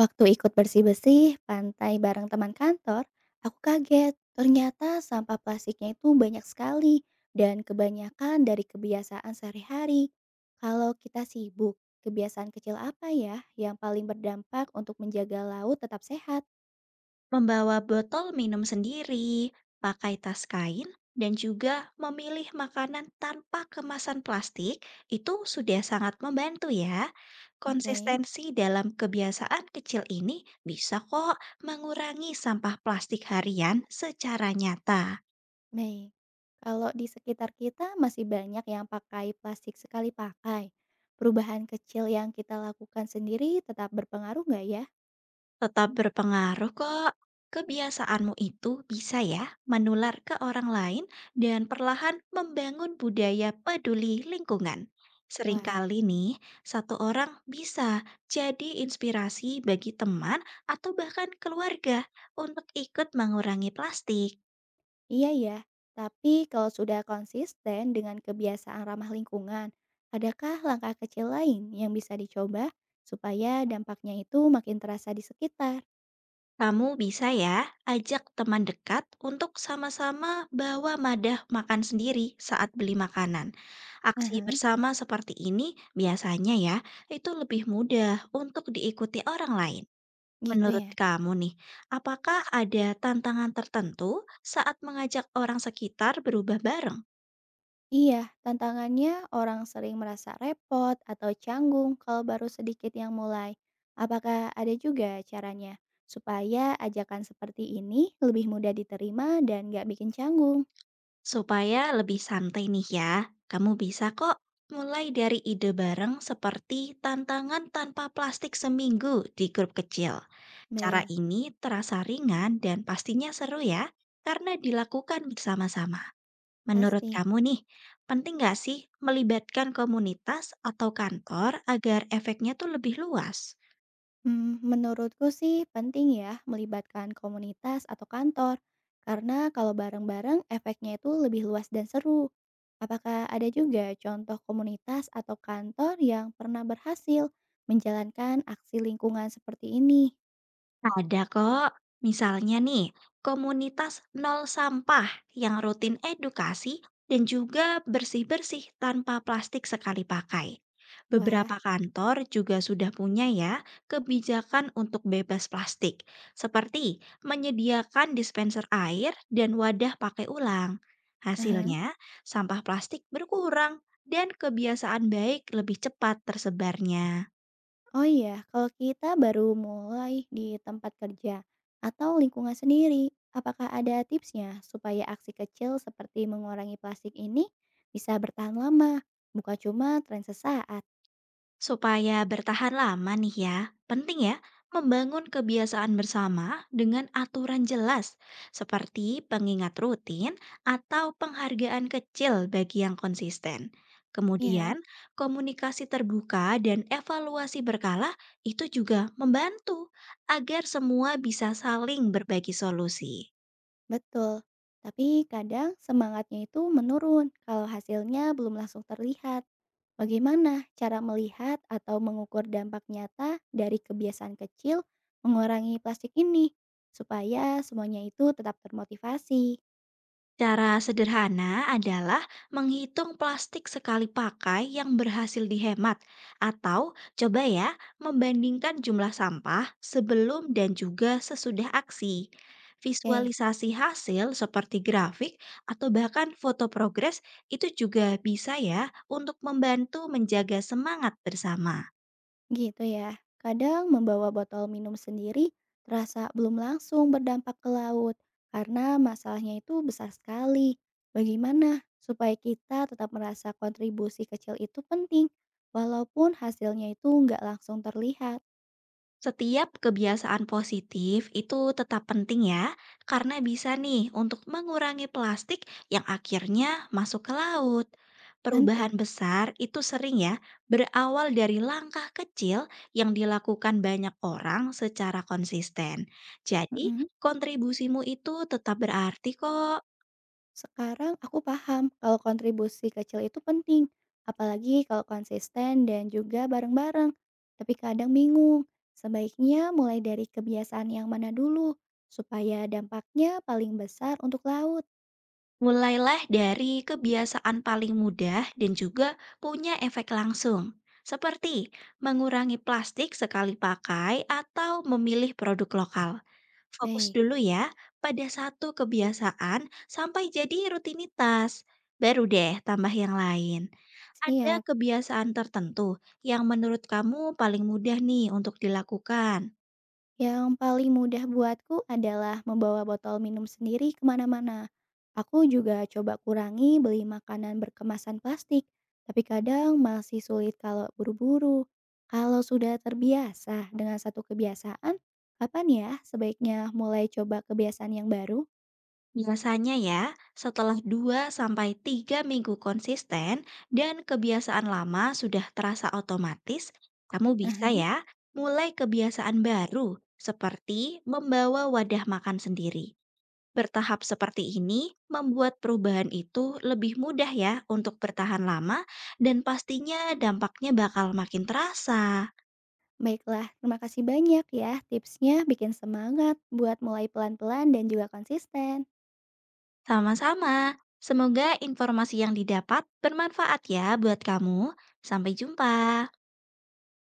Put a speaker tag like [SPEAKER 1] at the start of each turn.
[SPEAKER 1] Waktu ikut bersih-bersih pantai bareng teman kantor, aku kaget. Ternyata sampah plastiknya itu banyak sekali dan kebanyakan dari kebiasaan sehari-hari. Kalau kita sibuk, kebiasaan kecil apa ya yang paling berdampak untuk menjaga laut tetap sehat?
[SPEAKER 2] Membawa botol minum sendiri, pakai tas kain, dan juga memilih makanan tanpa kemasan plastik itu sudah sangat membantu ya.
[SPEAKER 1] Oke,
[SPEAKER 2] Konsistensi dalam kebiasaan kecil ini bisa kok mengurangi sampah plastik harian secara nyata.
[SPEAKER 1] baik. Kalau di sekitar kita masih banyak yang pakai plastik sekali pakai, perubahan kecil yang kita lakukan sendiri tetap berpengaruh nggak ya?
[SPEAKER 2] Tetap berpengaruh kok. Kebiasaanmu itu bisa ya menular ke orang lain dan perlahan membangun budaya peduli lingkungan.
[SPEAKER 1] Wah,
[SPEAKER 2] Seringkali nih, satu orang bisa jadi inspirasi bagi teman atau bahkan keluarga untuk ikut mengurangi plastik.
[SPEAKER 1] iya ya, tapi kalau sudah konsisten dengan kebiasaan ramah lingkungan, adakah langkah kecil lain yang bisa dicoba supaya dampaknya itu makin terasa di sekitar?
[SPEAKER 2] Kamu bisa ya ajak teman dekat untuk sama-sama bawa madah makan sendiri saat beli makanan. Aksi
[SPEAKER 1] Aha,
[SPEAKER 2] bersama seperti ini biasanya ya itu lebih mudah untuk diikuti orang lain.
[SPEAKER 1] gitu
[SPEAKER 2] Menurut
[SPEAKER 1] ya.
[SPEAKER 2] kamu nih, apakah ada tantangan tertentu saat mengajak orang sekitar berubah bareng?
[SPEAKER 1] Iya, tantangannya orang sering merasa repot atau canggung kalau baru sedikit yang mulai. Apakah ada juga caranya supaya ajakan seperti ini lebih mudah diterima dan nggak bikin canggung?
[SPEAKER 2] Supaya lebih santai nih ya, kamu bisa kok mulai dari ide bareng seperti tantangan tanpa plastik seminggu di grup kecil. Cara
[SPEAKER 1] Baik,
[SPEAKER 2] ini terasa ringan dan pastinya seru ya, karena dilakukan bersama-sama. Menurut
[SPEAKER 1] pasti.
[SPEAKER 2] kamu nih, penting nggak sih melibatkan komunitas atau kantor agar efeknya tuh lebih luas?
[SPEAKER 1] Hmm, menurutku sih penting ya melibatkan komunitas atau kantor, karena kalau bareng-bareng efeknya itu lebih luas dan seru. Apakah ada juga contoh komunitas atau kantor yang pernah berhasil menjalankan aksi lingkungan seperti ini?
[SPEAKER 2] Ada kok, misalnya nih, komunitas nol sampah yang rutin edukasi dan juga bersih-bersih tanpa plastik sekali pakai.
[SPEAKER 1] Wah,
[SPEAKER 2] Beberapa kantor juga sudah punya ya kebijakan untuk bebas plastik, seperti menyediakan dispenser air dan wadah pakai ulang.
[SPEAKER 1] aha.
[SPEAKER 2] Hasilnya, sampah plastik berkurang dan kebiasaan baik lebih cepat tersebarnya.
[SPEAKER 1] Oh iya, kalau kita baru mulai di tempat kerja atau lingkungan sendiri, apakah ada tipsnya supaya aksi kecil seperti mengurangi plastik ini bisa bertahan lama, bukan cuma tren sesaat?
[SPEAKER 2] Supaya bertahan lama nih ya, penting ya membangun kebiasaan bersama dengan aturan jelas seperti pengingat rutin atau penghargaan kecil bagi yang konsisten.
[SPEAKER 1] Ya,
[SPEAKER 2] Kemudian, komunikasi terbuka dan evaluasi berkala itu juga membantu agar semua bisa saling berbagi solusi.
[SPEAKER 1] betul. Tapi kadang semangatnya itu menurun kalau hasilnya belum langsung terlihat. Bagaimana cara melihat atau mengukur dampak nyata dari kebiasaan kecil mengurangi plastik ini supaya semuanya itu tetap termotivasi?
[SPEAKER 2] Cara sederhana adalah menghitung plastik sekali pakai yang berhasil dihemat, atau coba ya, membandingkan jumlah sampah sebelum dan juga sesudah aksi.
[SPEAKER 1] Oke,
[SPEAKER 2] Visualisasi hasil seperti grafik atau bahkan foto progres itu juga bisa ya untuk membantu menjaga semangat bersama.
[SPEAKER 1] gitu ya. Kadang membawa botol minum sendiri terasa belum langsung berdampak ke laut karena masalahnya itu besar sekali. Bagaimana supaya kita tetap merasa kontribusi kecil itu penting walaupun hasilnya itu nggak langsung terlihat?
[SPEAKER 2] Setiap kebiasaan positif itu tetap penting ya, karena bisa nih untuk mengurangi plastik yang akhirnya masuk ke laut.
[SPEAKER 1] Tentu.
[SPEAKER 2] Perubahan besar itu sering ya berawal dari langkah kecil yang dilakukan banyak orang secara konsisten. Jadi,
[SPEAKER 1] Mm-mm.
[SPEAKER 2] kontribusimu itu tetap berarti kok.
[SPEAKER 1] Sekarang aku paham kalau kontribusi kecil itu penting, apalagi kalau konsisten dan juga bareng-bareng. Tapi kadang bingung, sebaiknya mulai dari kebiasaan yang mana dulu supaya dampaknya paling besar untuk laut.
[SPEAKER 2] Mulailah dari kebiasaan paling mudah dan juga punya efek langsung, seperti mengurangi plastik sekali pakai atau memilih produk lokal. Fokus
[SPEAKER 1] Baik.
[SPEAKER 2] dulu ya pada satu kebiasaan sampai jadi rutinitas. Baru deh tambah yang lain. Ada
[SPEAKER 1] Siap.
[SPEAKER 2] kebiasaan tertentu yang menurut kamu paling mudah nih untuk dilakukan.
[SPEAKER 1] Yang paling mudah buatku adalah membawa botol minum sendiri kemana-mana. Aku juga coba kurangi beli makanan berkemasan plastik, tapi kadang masih sulit kalau buru-buru. Kalau sudah terbiasa dengan satu kebiasaan, kapan ya sebaiknya mulai coba kebiasaan yang baru?
[SPEAKER 2] Biasanya ya, setelah 2 sampai 3 minggu konsisten dan kebiasaan lama sudah terasa otomatis, kamu bisa
[SPEAKER 1] Aha.
[SPEAKER 2] ya mulai kebiasaan baru seperti membawa wadah makan sendiri. Bertahap seperti ini membuat perubahan itu lebih mudah ya untuk bertahan lama dan pastinya dampaknya bakal makin terasa.
[SPEAKER 1] Baiklah, terima kasih banyak ya tipsnya bikin semangat buat mulai pelan-pelan dan juga konsisten.
[SPEAKER 2] Sama-sama, semoga informasi yang didapat bermanfaat ya buat kamu. Sampai jumpa.